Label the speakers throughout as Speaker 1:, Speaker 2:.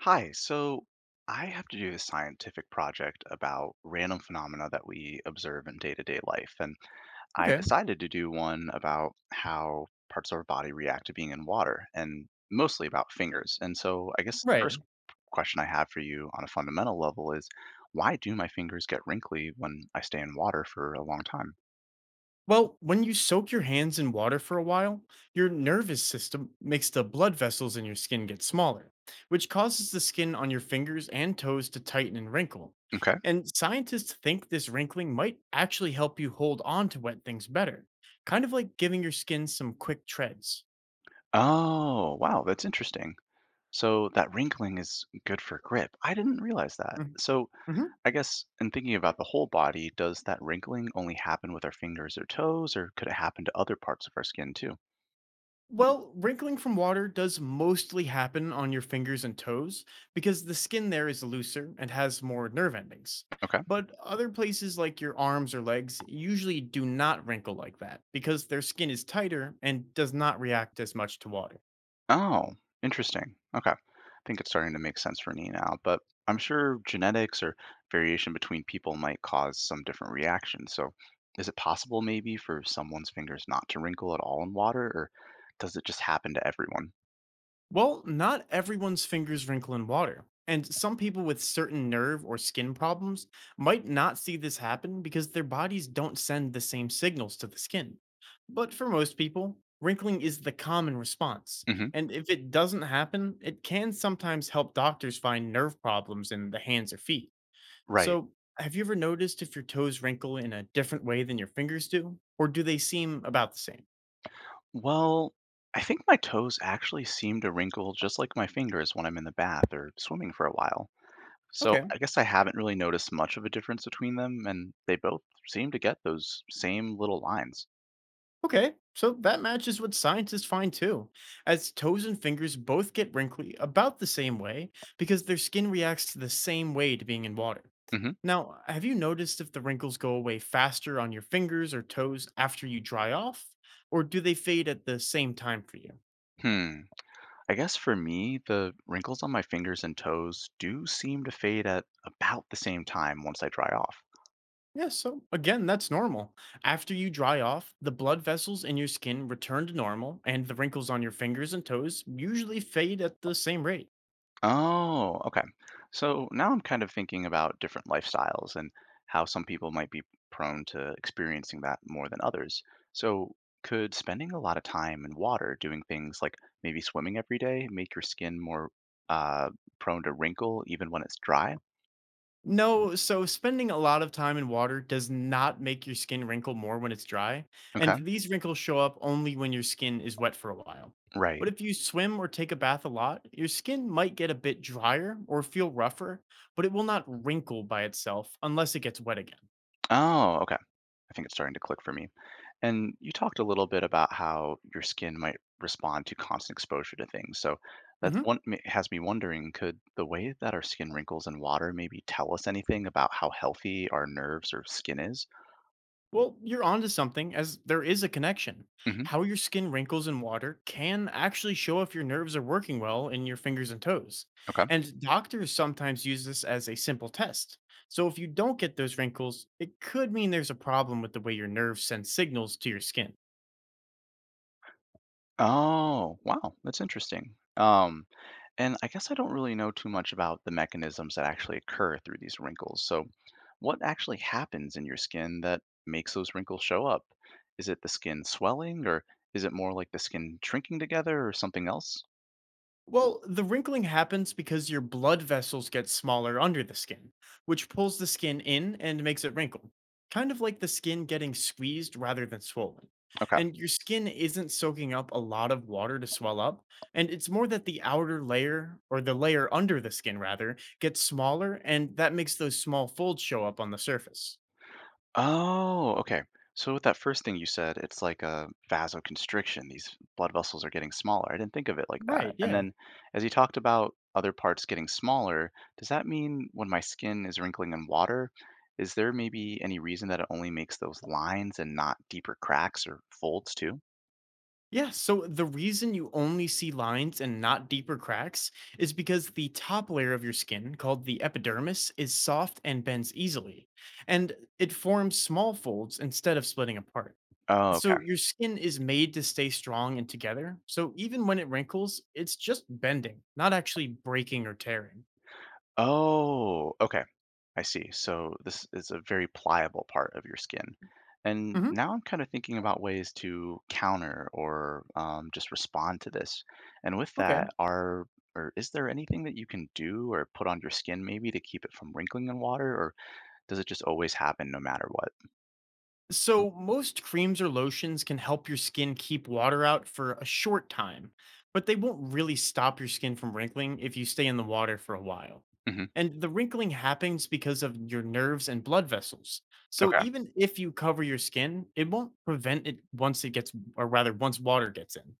Speaker 1: Hi, so I have to do a scientific project about random phenomena that we observe in day-to-day life, and I
Speaker 2: Okay,
Speaker 1: decided to do one about how parts of our body react to being in water, and mostly about fingers. And so I guess the
Speaker 2: right.
Speaker 1: first question I have for you on a fundamental level is, why do my fingers get wrinkly when I stay in water for a long time?
Speaker 2: Well, when you soak your hands in water for a while, your nervous system makes the blood vessels in your skin get smaller, which causes the skin on your fingers and toes to tighten and wrinkle.
Speaker 1: Okay.
Speaker 2: And scientists think this wrinkling might actually help you hold on to wet things better, kind of like giving your skin some quick treads.
Speaker 1: Oh, wow, that's interesting. So that wrinkling is good for grip. I didn't realize that.
Speaker 2: Mhm.
Speaker 1: So I guess in thinking about the whole body, does that wrinkling only happen with our fingers or toes, or could it happen to other parts of our skin too?
Speaker 2: Well, wrinkling from water does mostly happen on your fingers and toes because the skin there is looser and has more nerve endings.
Speaker 1: Okay.
Speaker 2: But other places like your arms or legs usually do not wrinkle like that because their skin is tighter and does not react as much to water.
Speaker 1: Oh, interesting. Okay. I think it's starting to make sense for me now, but I'm sure genetics or variation between people might cause some different reactions. So, is it possible maybe for someone's fingers not to wrinkle at all in water, or does it just happen to everyone?
Speaker 2: Well, not everyone's fingers wrinkle in water, and some people with certain nerve or skin problems might not see this happen because their bodies don't send the same signals to the skin. But for most people, wrinkling is the common response,
Speaker 1: Hmm.
Speaker 2: and if it doesn't happen, it can sometimes help doctors find nerve problems in the hands or feet.
Speaker 1: Right.
Speaker 2: So, have you ever noticed if your toes wrinkle in a different way than your fingers do, or do they seem about the same?
Speaker 1: Well, I think my toes actually seem to wrinkle just like my fingers when I'm in the bath or swimming for a while. So
Speaker 2: Okay.
Speaker 1: I guess I haven't really noticed much of a difference between them, and they both seem to get those same little lines.
Speaker 2: Okay, so that matches what scientists find too, as toes and fingers both get wrinkly about the same way because their skin reacts to the same way to being in water.
Speaker 1: Hmm.
Speaker 2: Now, have you noticed if the wrinkles go away faster on your fingers or toes after you dry off, or do they fade at the same time for you?
Speaker 1: Hmm. I guess for me, the wrinkles on my fingers and toes do seem to fade at about the same time once I dry off.
Speaker 2: Yeah, so again, that's normal. After you dry off, the blood vessels in your skin return to normal, and the wrinkles on your fingers and toes usually fade at the same rate.
Speaker 1: Oh, okay. So now I'm kind of thinking about different lifestyles and how some people might be prone to experiencing that more than others. So could spending a lot of time in water doing things like maybe swimming every day make your skin more uh, prone to wrinkle even when it's dry?
Speaker 2: No, so spending a lot of time in water does not make your skin wrinkle more when it's dry, and
Speaker 1: Okay.
Speaker 2: these wrinkles show up only when your skin is wet for a while.
Speaker 1: Right.
Speaker 2: But if you swim or take a bath a lot, your skin might get a bit drier or feel rougher, but it will not wrinkle by itself unless it gets wet again.
Speaker 1: Oh, okay. I think it's starting to click for me. And you talked a little bit about how your skin might respond to constant exposure to things. So that's
Speaker 2: Mhm.
Speaker 1: has me wondering, could the way that our skin wrinkles in water maybe tell us anything about how healthy our nerves or skin is?
Speaker 2: Well, you're onto something, as there is a connection.
Speaker 1: Hmm.
Speaker 2: How your skin wrinkles in water can actually show if your nerves are working well in your fingers and toes.
Speaker 1: Okay.
Speaker 2: And doctors sometimes use this as a simple test. So if you don't get those wrinkles, it could mean there's a problem with the way your nerves send signals to your skin.
Speaker 1: Oh, wow, that's interesting. And I guess I don't really know too much about the mechanisms that actually occur through these wrinkles. So, what actually happens in your skin that makes those wrinkles show up? Is it the skin swelling, or is it more like the skin shrinking together, or something else?
Speaker 2: Well, the wrinkling happens because your blood vessels get smaller under the skin, which pulls the skin in and makes it wrinkle, kind of like the skin getting squeezed rather than swollen.
Speaker 1: Okay.
Speaker 2: And your skin isn't soaking up a lot of water to swell up, and it's more that the outer layer, or the layer under the skin rather, gets smaller, and that makes those small folds show up on the surface.
Speaker 1: Oh, okay. So with that first thing you said, it's like a vasoconstriction. These blood vessels are getting smaller. I didn't think of it like that.
Speaker 2: Right,
Speaker 1: And
Speaker 2: yeah.
Speaker 1: then as you talked about other parts getting smaller, does that mean when my skin is wrinkling in water, is there maybe any reason that it only makes those lines and not deeper cracks or folds too?
Speaker 2: Yeah, so the reason you only see lines and not deeper cracks is because the top layer of your skin, called the epidermis, is soft and bends easily, and it forms small folds instead of splitting apart.
Speaker 1: Oh,
Speaker 2: So
Speaker 1: okay.
Speaker 2: your skin is made to stay strong and together. So even when it wrinkles, it's just bending, not actually breaking or tearing.
Speaker 1: Oh, okay. I see. So this is a very pliable part of your skin. And
Speaker 2: Hmm.
Speaker 1: now I'm kind of thinking about ways to counter or just respond to this. And with
Speaker 2: Okay.
Speaker 1: that, are or is there anything that you can do or put on your skin maybe to keep it from wrinkling in water, or does it just always happen no matter what?
Speaker 2: So, most creams or lotions can help your skin keep water out for a short time, but they won't really stop your skin from wrinkling if you stay in the water for a while.
Speaker 1: Hmm.
Speaker 2: And the wrinkling happens because of your nerves and blood vessels. So,
Speaker 1: Okay.
Speaker 2: even if you cover your skin, it won't prevent it once it gets, or rather, once water gets in.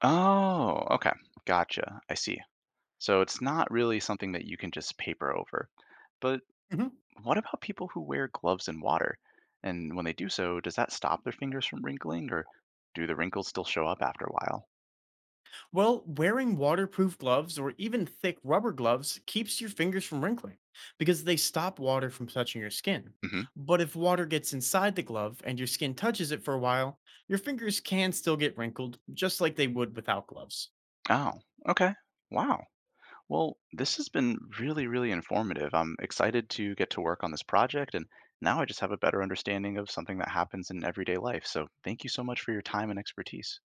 Speaker 1: Oh, okay. Gotcha. I see. So it's not really something that you can just paper over. But
Speaker 2: Mhm.
Speaker 1: what about people who wear gloves in water? And when they do so, does that stop their fingers from wrinkling, or do the wrinkles still show up after a while?
Speaker 2: Well, wearing waterproof gloves or even thick rubber gloves keeps your fingers from wrinkling because they stop water from touching your skin.
Speaker 1: Hmm.
Speaker 2: But if water gets inside the glove and your skin touches it for a while, your fingers can still get wrinkled just like they would without gloves.
Speaker 1: Oh, okay. Wow. Well, this has been really, really informative. I'm excited to get to work on this project, and now I just have a better understanding of something that happens in everyday life. So, thank you so much for your time and expertise.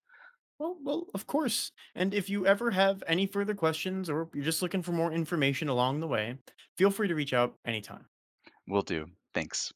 Speaker 2: Well, of course. And if you ever have any further questions or you're just looking for more information along the way, feel free to reach out anytime.
Speaker 1: Will do. Thanks.